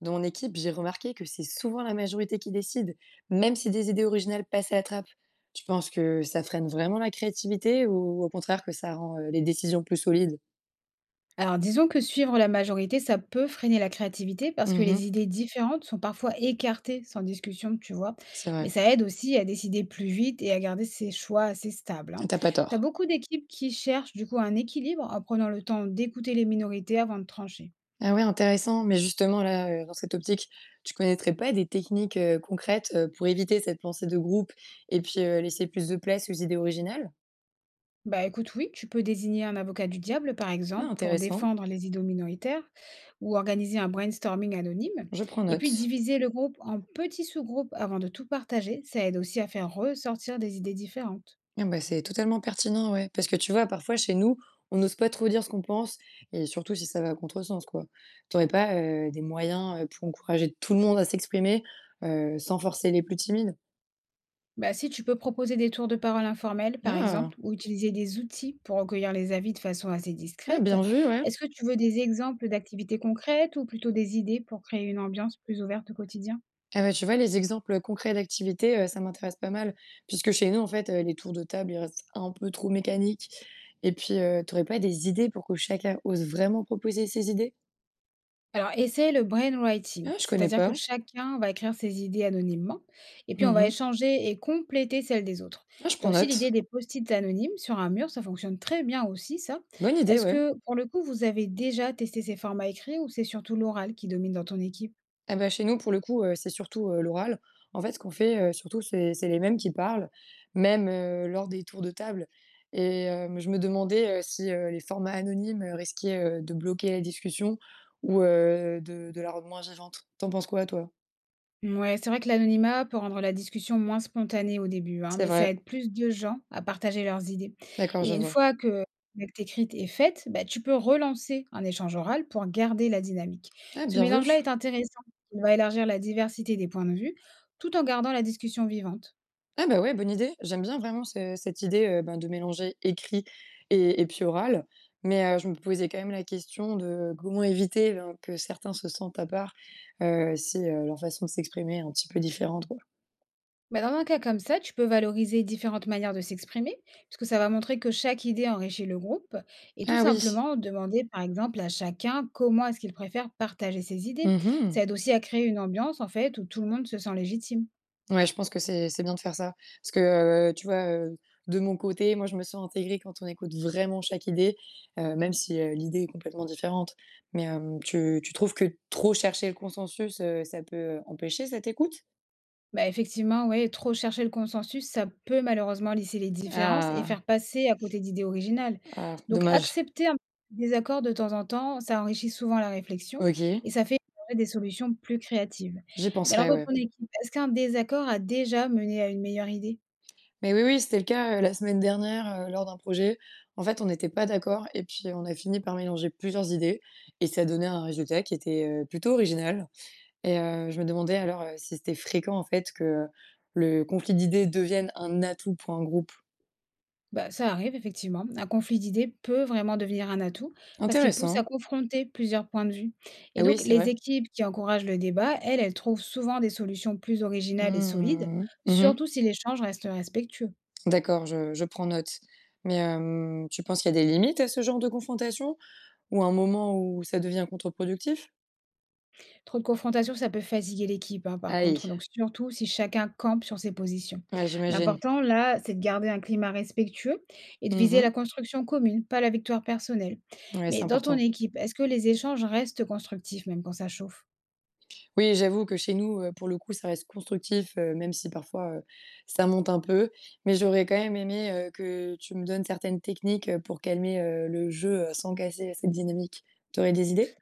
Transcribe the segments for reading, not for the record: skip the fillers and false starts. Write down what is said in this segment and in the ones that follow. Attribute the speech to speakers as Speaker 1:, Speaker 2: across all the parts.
Speaker 1: Dans mon équipe, j'ai remarqué que c'est souvent la majorité qui décide, même si des idées originales passent à la trappe. Tu penses que ça freine vraiment la créativité ou au contraire que ça rend les décisions plus solides?
Speaker 2: Alors, disons que suivre la majorité, ça peut freiner la créativité parce que
Speaker 1: Mhm,
Speaker 2: les idées différentes sont parfois écartées sans discussion, tu vois.
Speaker 1: c'est
Speaker 2: Mais
Speaker 1: vrai,
Speaker 2: ça aide aussi à décider plus vite et à garder ses choix assez stables, hein.
Speaker 1: t'as pas
Speaker 2: T'as
Speaker 1: tort.
Speaker 2: beaucoup d'équipes qui cherchent du coup un équilibre en prenant le temps d'écouter les minorités avant de trancher.
Speaker 1: Ah ouais, intéressant. Mais justement, là, dans cette optique, tu connaîtrais pas des techniques concrètes pour éviter cette pensée de groupe et puis laisser plus de place aux idées originales?
Speaker 2: Bah écoute, oui, tu peux désigner un avocat du diable, par
Speaker 1: Ah,
Speaker 2: exemple, pour
Speaker 1: intéressant.
Speaker 2: défendre les idées minoritaires ou organiser un brainstorming anonyme.
Speaker 1: Je prends
Speaker 2: Et puis
Speaker 1: note.
Speaker 2: diviser le groupe en petits sous-groupes avant de tout partager, ça aide aussi à faire ressortir des idées différentes.
Speaker 1: Ah bah, c'est totalement pertinent, ouais. Parce que tu vois, parfois, chez nous, on n'ose pas trop dire ce qu'on pense et surtout si ça va à contresens, quoi. T'aurais pas, des moyens, pour encourager tout le monde à s'exprimer, sans forcer les plus timides?
Speaker 2: Bah, si tu peux proposer des tours de parole informels, par
Speaker 1: Ah!
Speaker 2: exemple, ou utiliser des outils pour recueillir les avis de façon assez
Speaker 1: Ah,
Speaker 2: discrète,
Speaker 1: bien vu, ouais.
Speaker 2: est-ce que tu veux des exemples d'activités concrètes ou plutôt des idées pour créer une ambiance plus ouverte au quotidien?
Speaker 1: Ah bah, tu vois, les exemples, concrets d'activités, ça m'intéresse pas mal. Puisque chez nous, en fait, les tours de table, ils restent un peu trop mécaniques et puis, tu pas des idées pour que chacun ose vraiment proposer ses idées?
Speaker 2: Alors, essaye le brainwriting,
Speaker 1: Ah, je connais
Speaker 2: c'est-à-dire que
Speaker 1: pas.
Speaker 2: chacun va écrire ses idées anonymement, et puis on va
Speaker 1: Mmh.
Speaker 2: échanger et compléter celles des autres.
Speaker 1: Ah, je
Speaker 2: Tu
Speaker 1: prends
Speaker 2: as aussi l'idée
Speaker 1: note.
Speaker 2: des post-it anonymes sur un mur, ça fonctionne très bien aussi, ça.
Speaker 1: Bonne idée,
Speaker 2: Est-ce
Speaker 1: ouais.
Speaker 2: que, pour le coup, vous avez déjà testé ces formats écrits ou c'est surtout l'oral qui domine dans ton équipe?
Speaker 1: Ah ben chez nous, pour le coup, c'est surtout, l'oral. En fait, ce qu'on fait, surtout, c'est les mêmes qui parlent, même, lors des tours de table et je me demandais, si, les formats anonymes, risquaient, de bloquer la discussion ou, de la rendre moins vivante. T'en penses quoi, toi?
Speaker 2: Ouais, c'est vrai que l'anonymat peut rendre la discussion moins spontanée au début, hein,
Speaker 1: C'est
Speaker 2: mais ça
Speaker 1: vrai.
Speaker 2: aide plus de gens à partager leurs idées.
Speaker 1: D'accord, je
Speaker 2: Et une
Speaker 1: vois.
Speaker 2: fois que l'acte écrite est faite, bah, tu peux relancer un échange oral pour garder la dynamique.
Speaker 1: Ah,
Speaker 2: Ce
Speaker 1: bien
Speaker 2: mélange-là
Speaker 1: vu!
Speaker 2: est intéressant. Il va élargir la diversité des points de vue tout en gardant la discussion vivante.
Speaker 1: Ah bah ouais, bonne idée. J'aime bien vraiment ce cette idée, ben, de mélanger écrit et puis oral. Mais, je me posais quand même la question de comment éviter, ben, que certains se sentent à part, si, leur façon de s'exprimer est un petit peu différente, quoi.
Speaker 2: Bah, dans un cas comme ça, tu peux valoriser différentes manières de s'exprimer, puisque ça va montrer que chaque idée enrichit le groupe, et tout
Speaker 1: Ah oui.
Speaker 2: simplement demander par exemple à chacun comment est-ce qu'il préfère partager ses idées.
Speaker 1: Mmh.
Speaker 2: Ça aide aussi à créer une ambiance en fait où tout le monde se sent légitime.
Speaker 1: Ouais, je pense que c'est bien de faire ça. Parce que, tu vois, de mon côté, moi, je me sens intégrée quand on écoute vraiment chaque idée, même si, l'idée est complètement différente. Mais, tu trouves que trop chercher le consensus, ça peut, empêcher cette écoute?
Speaker 2: Bah, effectivement, ouais, trop chercher le consensus, ça peut malheureusement lisser les différences et
Speaker 1: Ah!
Speaker 2: faire passer à côté d'idées originales.
Speaker 1: Ah,
Speaker 2: Donc,
Speaker 1: dommage.
Speaker 2: accepter un désaccord de temps en temps, ça enrichit souvent la réflexion
Speaker 1: OK,
Speaker 2: et ça fait émerger des solutions plus créatives.
Speaker 1: j'y
Speaker 2: Mais alors,
Speaker 1: penserai,
Speaker 2: dans
Speaker 1: ouais.
Speaker 2: ton équipe, est-ce qu'un désaccord a déjà mené à une meilleure idée?
Speaker 1: Mais oui, oui, c'était le cas, la semaine dernière, lors d'un projet. En fait, on n'était pas d'accord et puis on a fini par mélanger plusieurs idées et ça donnait un résultat qui était, plutôt original et je me demandais alors, si c'était fréquent en fait que le conflit d'idées devienne un atout pour un groupe.
Speaker 2: Bah, ça arrive effectivement. Un conflit d'idées peut vraiment devenir un atout parce qu'il pousse à
Speaker 1: Intéressant.
Speaker 2: confronter plusieurs points de vue. Et
Speaker 1: Ah oui,
Speaker 2: donc,
Speaker 1: c'est
Speaker 2: les
Speaker 1: vrai.
Speaker 2: équipes qui encouragent le débat, elles, elles trouvent souvent des solutions plus originales et solides,
Speaker 1: Mmh. Mmh mh.
Speaker 2: surtout si l'échange reste respectueux.
Speaker 1: D'accord, je prends note. Mais tu penses qu'il y a des limites à ce genre de confrontation ou un moment où ça devient contre-productif?
Speaker 2: Trop de confrontation, ça peut fatiguer l'équipe, hein, par contre.
Speaker 1: Aïe.
Speaker 2: Donc, surtout si chacun campe sur ses positions.
Speaker 1: Ouais, j'imagine.
Speaker 2: L'important, là, c'est de garder un climat respectueux et de viser
Speaker 1: Mmh.
Speaker 2: la construction commune, pas la victoire personnelle.
Speaker 1: Ouais, c'est
Speaker 2: Mais dans ton
Speaker 1: important.
Speaker 2: équipe, est-ce que les échanges restent constructifs même quand ça chauffe?
Speaker 1: Oui, j'avoue que chez nous, pour le coup, ça reste constructif, même si parfois, ça monte un peu. Mais j'aurais quand même aimé, que tu me donnes certaines techniques, pour calmer, le jeu, sans casser cette dynamique. T'aurais des idées?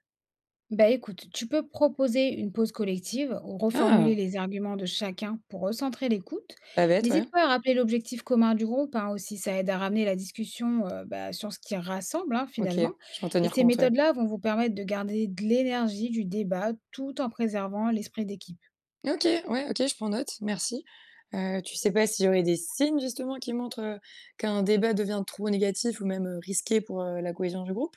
Speaker 2: Bah, écoute, tu peux proposer une pause collective ou reformuler
Speaker 1: Ah!
Speaker 2: les arguments de chacun pour recentrer l'écoute.
Speaker 1: Pas bête, ouais.
Speaker 2: N'hésite pas à rappeler l'objectif commun du groupe hein, aussi, ça aide à ramener la discussion bah, sur ce qui rassemble hein,
Speaker 1: OK,
Speaker 2: finalement.
Speaker 1: je vais en
Speaker 2: Et
Speaker 1: tenir
Speaker 2: ces
Speaker 1: compte, ouais.
Speaker 2: méthodes-là vont vous permettre de garder de l'énergie du débat tout en préservant l'esprit d'équipe.
Speaker 1: OK, ouais, OK, je prends note, merci. Tu sais pas s'il y aurait des signes justement qui montrent, qu'un débat devient trop négatif ou même, risqué pour, la cohésion du groupe?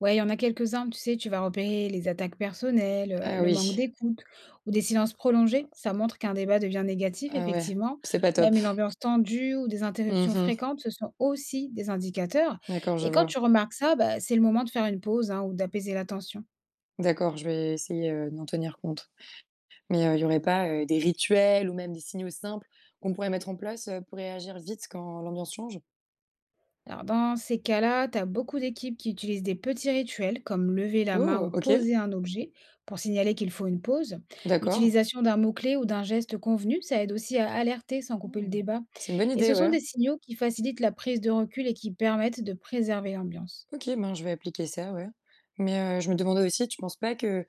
Speaker 2: Ouais, il y en a quelques-uns, tu sais, tu vas repérer les attaques personnelles,
Speaker 1: Ah
Speaker 2: le manque
Speaker 1: oui,
Speaker 2: d'écoute ou des silences prolongés. Ça montre qu'un débat devient négatif,
Speaker 1: ah ouais,
Speaker 2: effectivement.
Speaker 1: c'est pas top.
Speaker 2: Même une ambiance tendue ou des interruptions
Speaker 1: Mmh.
Speaker 2: fréquentes, ce sont aussi des indicateurs.
Speaker 1: D'accord, je
Speaker 2: Et quand
Speaker 1: vois.
Speaker 2: tu remarques ça, bah, c'est le moment de faire une pause, hein, ou d'apaiser la tension.
Speaker 1: D'accord, je vais essayer, d'en tenir compte. Mais, il y aurait pas, des rituels ou même des signaux simples qu'on pourrait mettre en place, pour réagir vite quand l'ambiance change?
Speaker 2: Alors, dans ces cas-là, tu as beaucoup d'équipes qui utilisent des petits rituels comme lever la main
Speaker 1: Oh!
Speaker 2: ou
Speaker 1: OK,
Speaker 2: poser un objet pour signaler qu'il faut une pause.
Speaker 1: d'accord.
Speaker 2: L'utilisation d'un mot-clé ou d'un geste convenu, ça aide aussi à alerter sans couper le
Speaker 1: Mmh.
Speaker 2: débat.
Speaker 1: C'est une bonne
Speaker 2: Et
Speaker 1: idée,
Speaker 2: ce sont
Speaker 1: ouais.
Speaker 2: des signaux qui facilitent la prise de recul et qui permettent de préserver l'ambiance.
Speaker 1: OK, ben, je vais appliquer ça, ouais. Mais, je me demandais aussi, tu penses pas que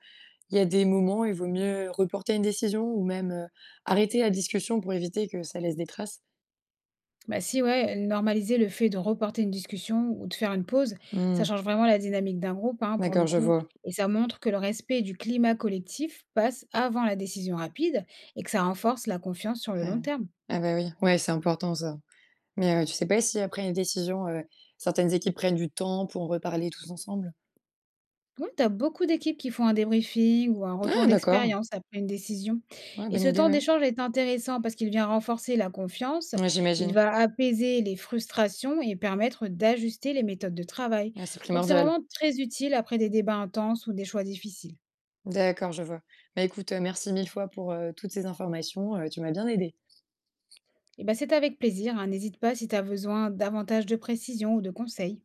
Speaker 1: il y a des moments où il vaut mieux reporter une décision ou même, arrêter la discussion pour éviter que ça laisse des traces?
Speaker 2: Bah si, ouais, normaliser le fait de reporter une discussion ou de faire une pause, ça
Speaker 1: Mmh.
Speaker 2: change vraiment la dynamique d'un groupe, hein, pour
Speaker 1: D'accord,
Speaker 2: le
Speaker 1: je
Speaker 2: coup.
Speaker 1: vois.
Speaker 2: Et ça montre que le respect du climat collectif passe avant la décision rapide et que ça renforce la confiance sur le long
Speaker 1: Heu,
Speaker 2: terme.
Speaker 1: ah bah, oui. Ouais, c'est important ça. Mais, tu sais pas si après une décision, certaines équipes prennent du temps pour en reparler tous ensemble?
Speaker 2: Oui, tu as beaucoup d'équipes qui font un débriefing ou un
Speaker 1: Ah
Speaker 2: retour
Speaker 1: d'accord,
Speaker 2: d'expérience après une décision.
Speaker 1: ouais,
Speaker 2: Et
Speaker 1: bonne
Speaker 2: ce
Speaker 1: idée,
Speaker 2: temps
Speaker 1: ouais.
Speaker 2: d'échange est intéressant parce qu'il vient renforcer la confiance,
Speaker 1: Ouais,
Speaker 2: il
Speaker 1: j'imagine.
Speaker 2: va apaiser les frustrations et permettre d'ajuster les méthodes de travail.
Speaker 1: Ouais, c'est
Speaker 2: Donc c'est
Speaker 1: primordial.
Speaker 2: vraiment très utile après des débats intenses ou des choix difficiles.
Speaker 1: D'accord, je vois. Bah, écoute, merci 1000 fois pour, toutes ces informations, tu m'as bien aidée.
Speaker 2: Eh ben, c'est avec plaisir, hein. N'hésite pas si tu as besoin davantage de précisions ou de conseils.